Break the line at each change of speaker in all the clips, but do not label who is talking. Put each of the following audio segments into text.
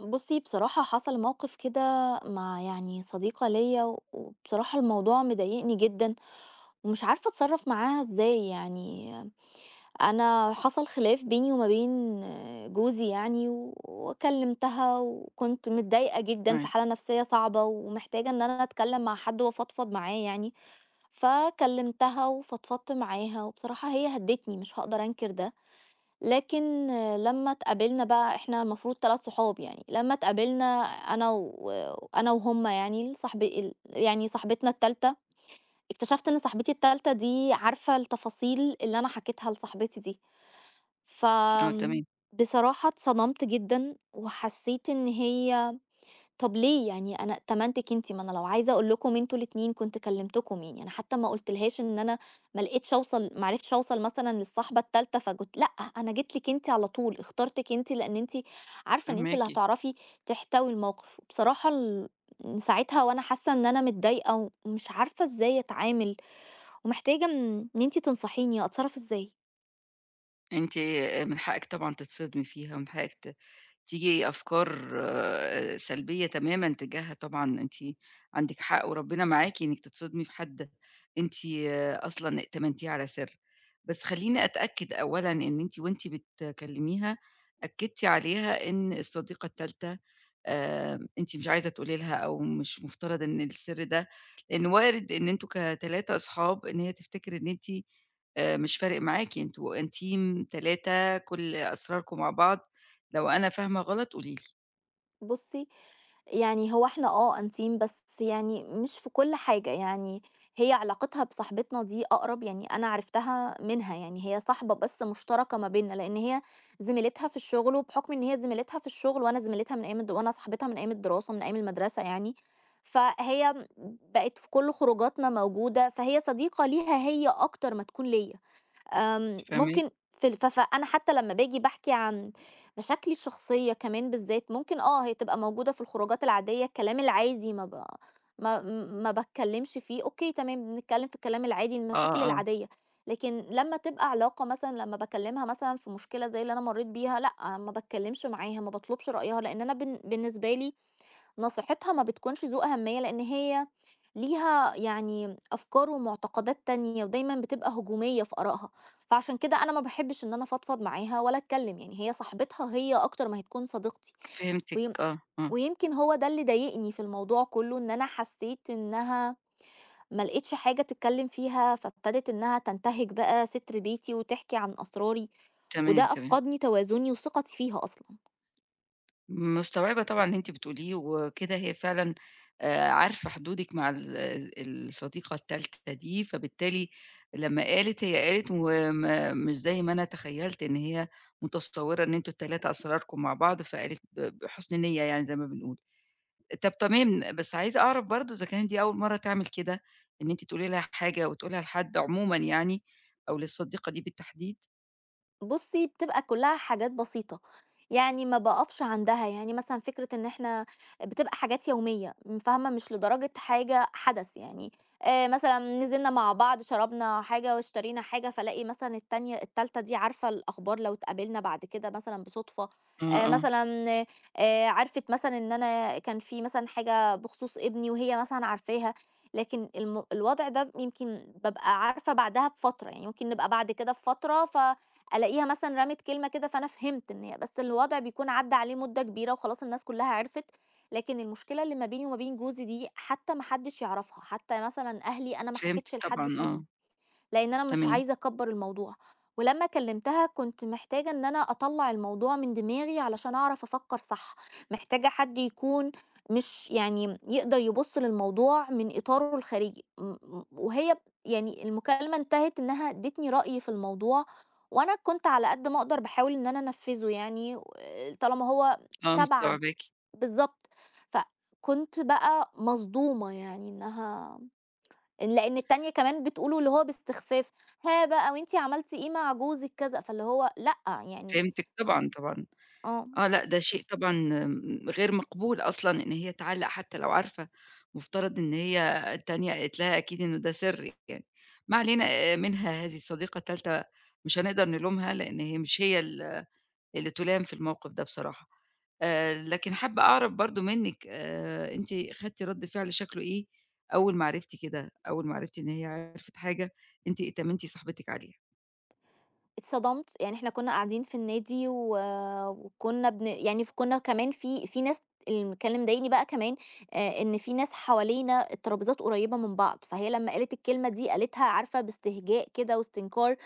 بُصّي، بصراحة حصل موقف كده مع يعني صديقة ليّا و وبصراحة الموضوع مضايقني جدًا، ومش عارفة أتصرّف معاها إزاي يعني. أنا حصل خلاف بيني وما بين جوزي يعني، و- وكلّمتها وكنت متضايقة جدًا في
معاكِ،
حالة نفسية صعبة، ومحتاجة إن أنا أتكلّم مع حد وأفضفض معاه يعني. فكلّمتها وفضفضت معاها، وبصراحة هي هدّتني مش هاقدر أنكر ده. لكن لمّا اتقابلنا بقى إحنا المفروض 3 صحاب يعني، لمّا اتقابلنا أنا وهُم يعني صاحب ال يعني صاحبتنا التالتة، اكتشفت إن صاحبتي التالتة دي عارفة التفاصيل اللي أنا حكيتها لصاحبتي دي.
آه
فآمم،
تمام،
بصراحة اتصدمت جدًا، وحسيت إن هي طب ليه؟ يعني أنا اتّمنتِك أنتِ، ما أنا لو عايزة أقول لكم أنتم الاتنين كنت كلمتكم يعني. أنا حتى ما قُلتلهاش إن أنا ما عرفتش أوصل مثلًا للصاحبة التالتة فكنت لأ، أنا جيت لِك أنتِ على طول، اخترتِك أنتِ لإن أنتِ عارفة إن أنتِ اللي
فاهماكِ.
هتعرفي تحتوي الموقف. وبصراحة، من ساعتها وأنا حاسة إن أنا متضايقة ومش عارفة إزاي أتعامل، ومحتاجة إن أنتِ تنصحيني أتصرف إزاي؟
أنتِ من حقِّك طبعًا تتصدمي فيها ومن حقِّك تيجي أفكار سلبية تمامًا تجاهها طبعًا أنتِ عندِك حق وربنا معاكِ إنِّك تتصدمي في حد أنتِ أصلًا ائتمنتيه على سر. بس خلّيني أتأكد أولًا إن أنتِ وأنتِ بتكلميها أكدتِ عليها إن الصديقة التالتة أنتِ مش عايزة تقولي لها أو مش مفترض إن السر ده لإن وارد إن أنتم ك3 أصحاب إن هي تفتكر إن أنتِ مش فارق معاكِ، أنتم intim 3 كل أسراركم مع بعض لو أنا فاهمة غلط قولي لي،
بُصّي، يعني هو إحنا آه أنسيم، بس يعني مش في كل حاجة. يعني هي علاقتها بصاحبتنا دي أقرب، يعني أنا عرفتها منها، يعني هي صاحبة بس مشتركة ما بيننا، لإن هي زميلتها في الشغل، وبحكم إن هي زميلتها في الشغل وأنا صاحبتها من أيام الدراسة، من أيام المدرسة يعني. فهي بقت في كل خروجاتنا موجودة، فهي صديقة ليها هي أكتر ما تكون ليّا.
فاهماكِ،
ممكن في الف ف أنا حتى لمّا باجي باحكي عن مشاكلي الشخصية كمان بالذات، ممكن هي تبقى موجودة في الخروجات العادية، الكلام العادي ما ب ما ما باتكلمش فيه. أوكي تمام، بنتكلم في الكلام العادي،
آه،
المشاكل
آه،
العادية. لكن لمّا تبقى علاقة مثلًا لمّا باكلمها مثلًا في مشكلة زي اللي أنا مرّيت بيها، لأ، ما باتكلمش معاها، ما باطلبش رأيها، لإن أنا بالنسبة لي نصيحتها ما بتكونش ذو أهمية، لأن هي ليها يعني أفكار ومعتقدات تانية ودايما بتبقى هجومية في آرائها. فعشان كده أنا ما بحبش إن أنا أفضفض معاها ولا أتكلم، يعني هي صاحبتها هي أكتر ما هتكون صديقتي.
فهمتِك،
ويم...
آه، آه،
ويمكن هو ده اللي ضايقني في الموضوع كله، إن أنا حسيت إنها ما لقيتش حاجة تتكلم فيها فابتدت إنها تنتهك بقى ستر بيتي وتحكي عن أسراري. وده
تمام، تمام،
أفقدني توازني وثقتي فيها أصلا.
مستوعبة طبعًا اللي أنتِ بتقوليه وكده هي فعلًا عارفة حدودِك مع الصديقة التالتة دي، فبالتالي لمّا قالت هي قالت وما مش زي ما أنا تخيلت إن هي متصورة إن أنتم ال3 أسراركم مع بعض، فقالت بحسن نية يعني زي ما بنقول. طب تمام، بس عايزة أعرف برضه إذا كانت دي أول مرّة تعمل كده، إن أنتِ تقولي لها حاجة وتقوليها لحد عمومًا يعني أو للصديقة دي بالتحديد؟
بُصّي، بتبقى كلّها حاجات بسيطة، يعني ما باقفش عندها، يعني مثلًا فكرة إن إحنا بتبقى حاجات يومية، فاهمة، مش لدرجة حاجة حدث يعني. مثلًا نزلنا مع بعض شربنا حاجة واشترينا حاجة، فالاقي مثلًا التالتة دي عارفة الأخبار لو اتقابلنا بعد كده مثلًا بصُدفة.
آه، آه،
مثلًا عرفت مثلًا إن أنا كان في مثلًا حاجة بخصوص ابني وهي مثلًا عارفاها. لكن الوضع ده يمكن بابقى عارفة بعدها بفترة، يعني ممكن نبقى بعد كده بفترة ألاقيها مثلًا رمِت كلمة كده فأنا فهمت إن هي، بس الوضع بيكون عدّى عليه مدة كبيرة وخلاص الناس كلّها عرفِت. لكن المشكلة اللي ما بيني وما بين جوزي دي حتى ما حدّش يعرفها، حتى مثلًا أهلي أنا ما
فهمتِك
حكيتش
طبعًا
لحد فيهم.
آه،
لأن أنا مش
تمام،
عايزة أكبّر الموضوع. ولمّا كلّمتها كنت محتاجة إن أنا أطلّع الموضوع من دماغي علشان أعرف أفكّر صح. محتاجة حد يكون مش يعني يقدر يبُص للموضوع من إطاره الخارجي. م م وهي يعني المكالمة انتهت إنها ادّتني رأي في الموضوع، وأنا كنت على قد ما أقدر باحاول إن أنا أنفّذه يعني. و طالما هو
آه
تبعًا
مستوعباكِ،
بالضبط، فكنت بقى مصدومة يعني إنها، لإن التانية كمان بتقوله اللي هو باستخفاف، ها بقى وأنتِ عملتِ إيه مع جوزِك كذا، فاللي هو لأ، يعني
فهمتِك طبعًا، طبعًا،
آه.
آه لأ ده شيء طبعًا غير مقبول أصلًا إن هي تعلّق حتى لو عارفة، مفترض إن هي التانية قالت لها أكيد إنه ده سر يعني، ما علينا منها هذه الصديقة التالتة مش هنقدر نلومها لإن هي مش هي اللي تُلام في الموقف ده بصراحة. لكن حابّة أعرف برضه منِّك أنتِ خدتِ رَد فعل شكله إيه أول ما عرفتِ كده، أول ما عرفتِ إن هي عرفِت حاجة أنتِ اتّهمتِ صاحبتِك عليها؟
اتصدمت، يعني إحنا كنا قاعدين في النادي و وكنا بن يعني ف كنا كمان في ناس. كان اللي مضايقني بقى كمان، إن في ناس حوالينا الترابيزات قريبة من بعض، فهي لمّا قالت الكلمة دي قالتها عارفة باستهجاء كده واستنكار.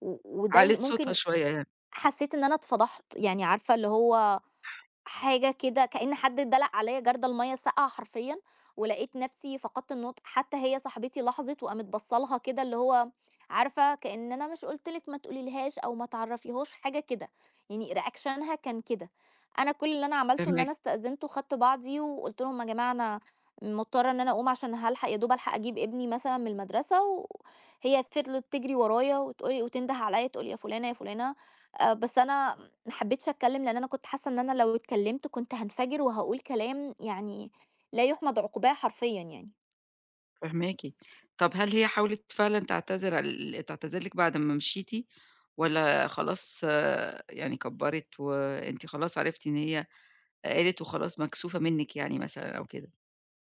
و وده ي
عَلِت صوتها
ممكن
شوية يعني،
حسيت إن أنا اتفضحت، يعني عارفة اللي هو حاجة كده كأن حد دلق عليّا جردل مَيّة ساقعة حرفيًا. ولقيت نفسي فقدت النطق، حتى هي صاحبتي لاحظت وقامت باصة لها كده اللي هو عارفة كأن أنا مش قُلت لِك ما تقوليلهاش أو ما تعرّفيهاش حاجة كده، يعني ريأكشنها كان كده. أنا كل اللي أنا عملته إن
فاهماكِ،
أنا استأذنت وخدت بعضي وقُلت لهم: "يا جماعة أنا مضطرة إن أنا أقوم عشان هالحق يا دوب ألحق أجيب ابني مثلًا من المدرسة." وهي فضلت تجري ورايا وتقول لي وتنده عليّا تقول لي: "يا فلانة، يا فلانة." بس أنا ما حبيتش أتكلّم، لإن أنا كنت حاسة إن أنا لو اتكلّمت كنت هانفجر وهاقول كلام يعني لا يُحمد عقباه حرفيًا يعني.
فاهماكِ. طَب هل هي حاولت فعلًا تعتذر تعتذر لِك بعد ما مشيتِ والّا خلاص آه، يعني كبّرِت وأنتِ خلاص عرفتِ إن هي قالت وخلاص مكسوفة منِّك يعني مثلًا أو كده؟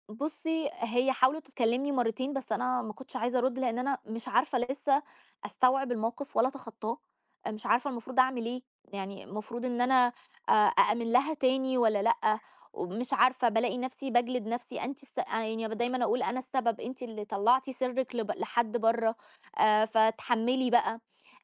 بُصّي، هي حاولت تكلمني مرتين بس أنا ما كنتش عايزة أرُد لإن أنا مش عارفة لسه أستوعب الموقف ولا أتخطّاه. مش عارفة المفروض أعمل إيه، يعني المفروض إن أنا أأمِن لها تاني والّا لأ. ومش عارفة بالاقي نفسي باجلد نفسي أنتِ الس آه، يعني دايمًا أقول أنا السبب، أنتِ اللي طلّعتِ سرِّك لحد برّه. فاتحمّلي بقى.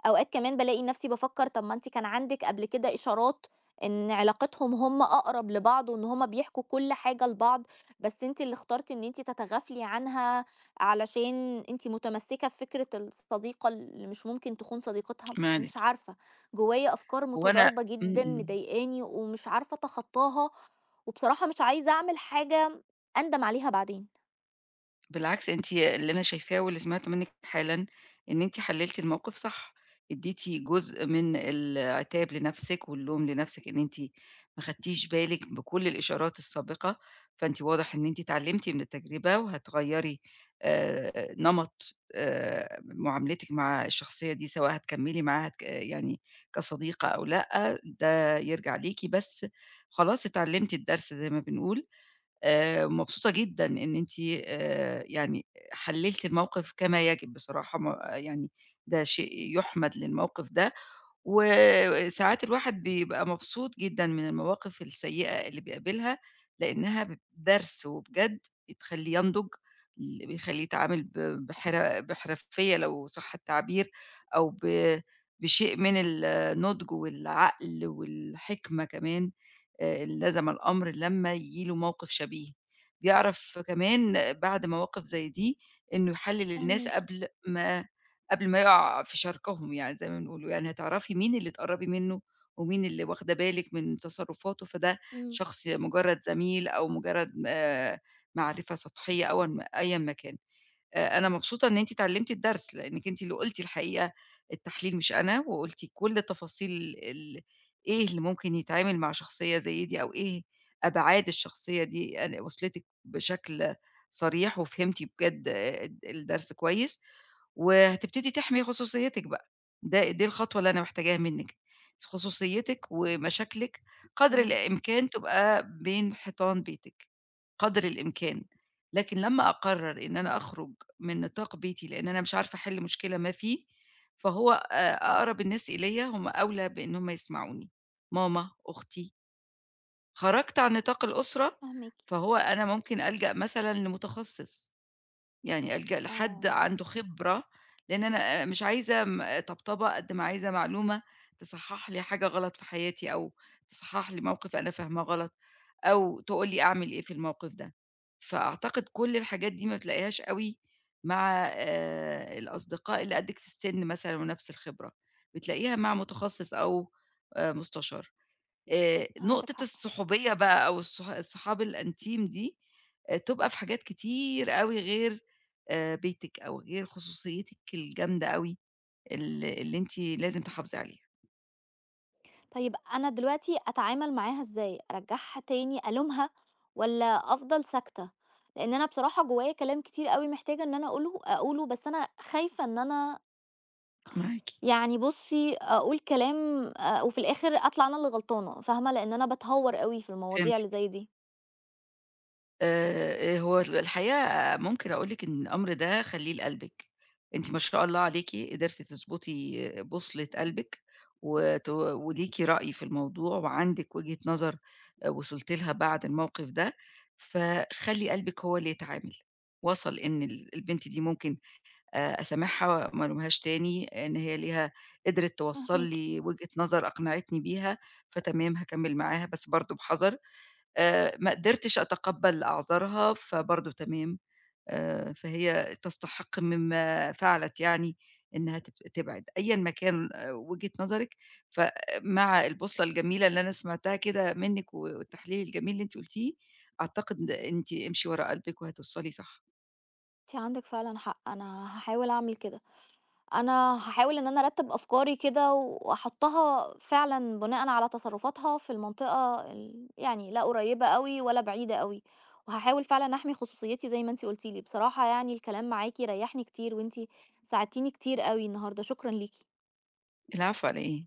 أوقات كمان بالاقي نفسي بافكّر، طَب ما أنتِ كان عندِك قبل كده إشارات إن علاقتهم هم أقرب لبعض وإن هم بيحكوا كل حاجة لبعض. بس أنتِ اللي اخترتِ إن أنتِ تتغافلي عنها علشان أنتِ متمسكة بفكرة الصديقة اللي مش ممكن تخون صديقتها،
ما عليكِ.
مش عارفة. جوايا أفكار
هو أنا
متضاربة
إمم،
جدًا
إمم.
مضايقاني ومش عارفة أتخطاها، وبصراحة مش عايزة أعمل حاجة أندم عليها بعدين.
بالعكس أنتِ اللي أنا شايفاه واللي سمعته منِّك حالًا، إن أنتِ حلّلتِ الموقف صح، ادّيتِ جزء من العتاب لنفسِك واللوم لنفسِك إن أنتِ ما خدتيش بالِك بكل الإشارات السابقة، فأنتِ واضح إن أنتِ اتعلمتِ من التجربة وهتغيّري نمط معاملتِك مع الشخصية دي، سواء هتكمّلي معاها ك يعني كصديقة أو لأ، ده يرجع ليكِ، بس خلاص اتعلمتِ الدرس زي ما بنقول، مبسوطة جدًا إن أنتِ يعني حلّلتِ الموقف كما يجب بصراحة يعني ده شيء يُحمد للموقف ده وساعات الواحد بيبقى مبسوط جدًا من المواقف السيئة اللي بيقابلها، لإنها درس وبجد بتخلّيه ينضج، بيخلّيه يتعامل ب بحر بحرفية لو صح التعبير، أو ب بشيء من النضج والعقل والحكمة كمان لزم الأمر لمّا ييجي له موقف شبيه. بيعرف كمان بعد مواقف زي دي إنه يحلل الناس
فاهماكِ،
قبل ما يقع في شركهم يعني زي ما بنقولوا، يعني هتعرفي مين اللي تقرّبي منّه ومين اللي واخدة بالِك من تصرُّفاته، فده
إمم،
شخص مُجرّد زميل أو مُجرّد معرفة سطحية أو أيًا ما كان. أنا مبسوطة إن أنتِ اتعلمتِ الدرس، لإنِّك أنتِ اللي قُلتِ الحقيقة التحليل مش أنا، وقُلتِ كل تفاصيل ال إيه اللي ممكن يتعمل مع شخصية زي دي أو إيه أبعاد الشخصية دي، أنا وصلتِك بشكل صريح وفهمتِ بجد الدرس كويس، وهتبتدي تحمي خصوصيتِك بقى، دي الخطوة اللي أنا محتاجاها منِّك، خصوصيتِك ومشاكلِك قدر
آه.
الإمكان تبقى بين حيطان بيتِك، قدر الإمكان، لكن لمّا أقرر إن أنا أخرج من نطاق بيتي، لإن أنا مش عارفة أحل مشكلة ما فيه، فهو أقرب الناس إليّا هم أولى بإن هم يسمعوني، ماما، أختي. خرجت عن نطاق الأسرة،
فاهماكِ.
فهو أنا ممكن ألجأ مثلًا لمتخصص. يعني ألجأ لحد
آه.
عنده خبرة، لإن أنا مش عايزة طبطبة قد ما عايزة معلومة تصحّح لي حاجة غلط في حياتي، أو تصحّح لي موقف أنا فاهماه غلط، أو تقول لي أعمل إيه في الموقف ده. فأعتقد كل الحاجات دي ما بتلاقيهاش أوي مع الأصدقاء اللي قدِّك في السِن مثلًا ونفس الخبرة، بتلاقيها مع متخصص أو مستشار.
عندِك
نقطة
حق.
الصحوبية بقى أو الصحاب الإنتيم دي، تبقى في حاجات كتير أوي غير بيتِك أو غير خصوصيتِك الجامدة أوي اللي أنتِ لازم تحافظي عليها.
طيب أنا دلوقتي أتعامل معاها إزاي؟ أرجّعها تاني، ألومها والّا أفضل ساكتة؟ لإن أنا بصراحة جوايا كلام كتير أوي محتاجة إن أنا أقوله، بس أنا خايفة إن أنا
معاكِ.
يعني بُصّي، أقول كلام وفي الآخر أطلع أنا اللي غلطانة، فاهمة؟ لإن أنا باتهوّر أوي في المواضيع اللي
فهمتِك.
زي دي.
هو الحقيقة ممكن أقول لِك إن الأمر ده خلّيه لقلبِك، أنتِ ما شاء الله عليكِ قدرتِ تضبطي بُصلة قلبِك، وليكِ رأي في الموضوع وعندِك وجهة نظر آه، وصلتِ لها بعد الموقف ده، فخلّي قلبِك هو اللي يتعامل، وصل إن البنت دي ممكن أسامحها ما الومهاش تاني، إن هي ليها قدرت توصّل
فاهماكِ،
لي وجهة نظر أقنعتني بيها، فتمام هاكمّل معاها بس برضه بحذر، ما قدرتش أتقبّل أعذارها، فبرضه تمام، فهي تستحق مما فعلت يعني إنها تبعد، أيًا ما كان آه، وجهة نظرِك، فمع البُصلة الجميلة اللي أنا سمعتها كده منِّك والتحليل الجميل اللي أنتِ قُلتيه، أعتقد أنتِ امشي ورا قلبِك وهتوصلي صح.
أنتِ عندِك فعلًا حق، أنا هاحاول أعمل كده. أنا هاحاول إن أنا أرتّب أفكاري كده وأحطّها فعلًا بناءً على تصرفاتها في المنطقة يعني لا قريّبة أوي ولا بعيدة أوي. وهاحاول فعلًا أحمي خصوصيتي زي ما أنتِ قُلتِ لي، بصراحة يعني الكلام معاكِ ريّحني كتير وأنتِ ساعدتيني كتير أوي النهارده، شكرًا ليكِ.
العفو على إيه؟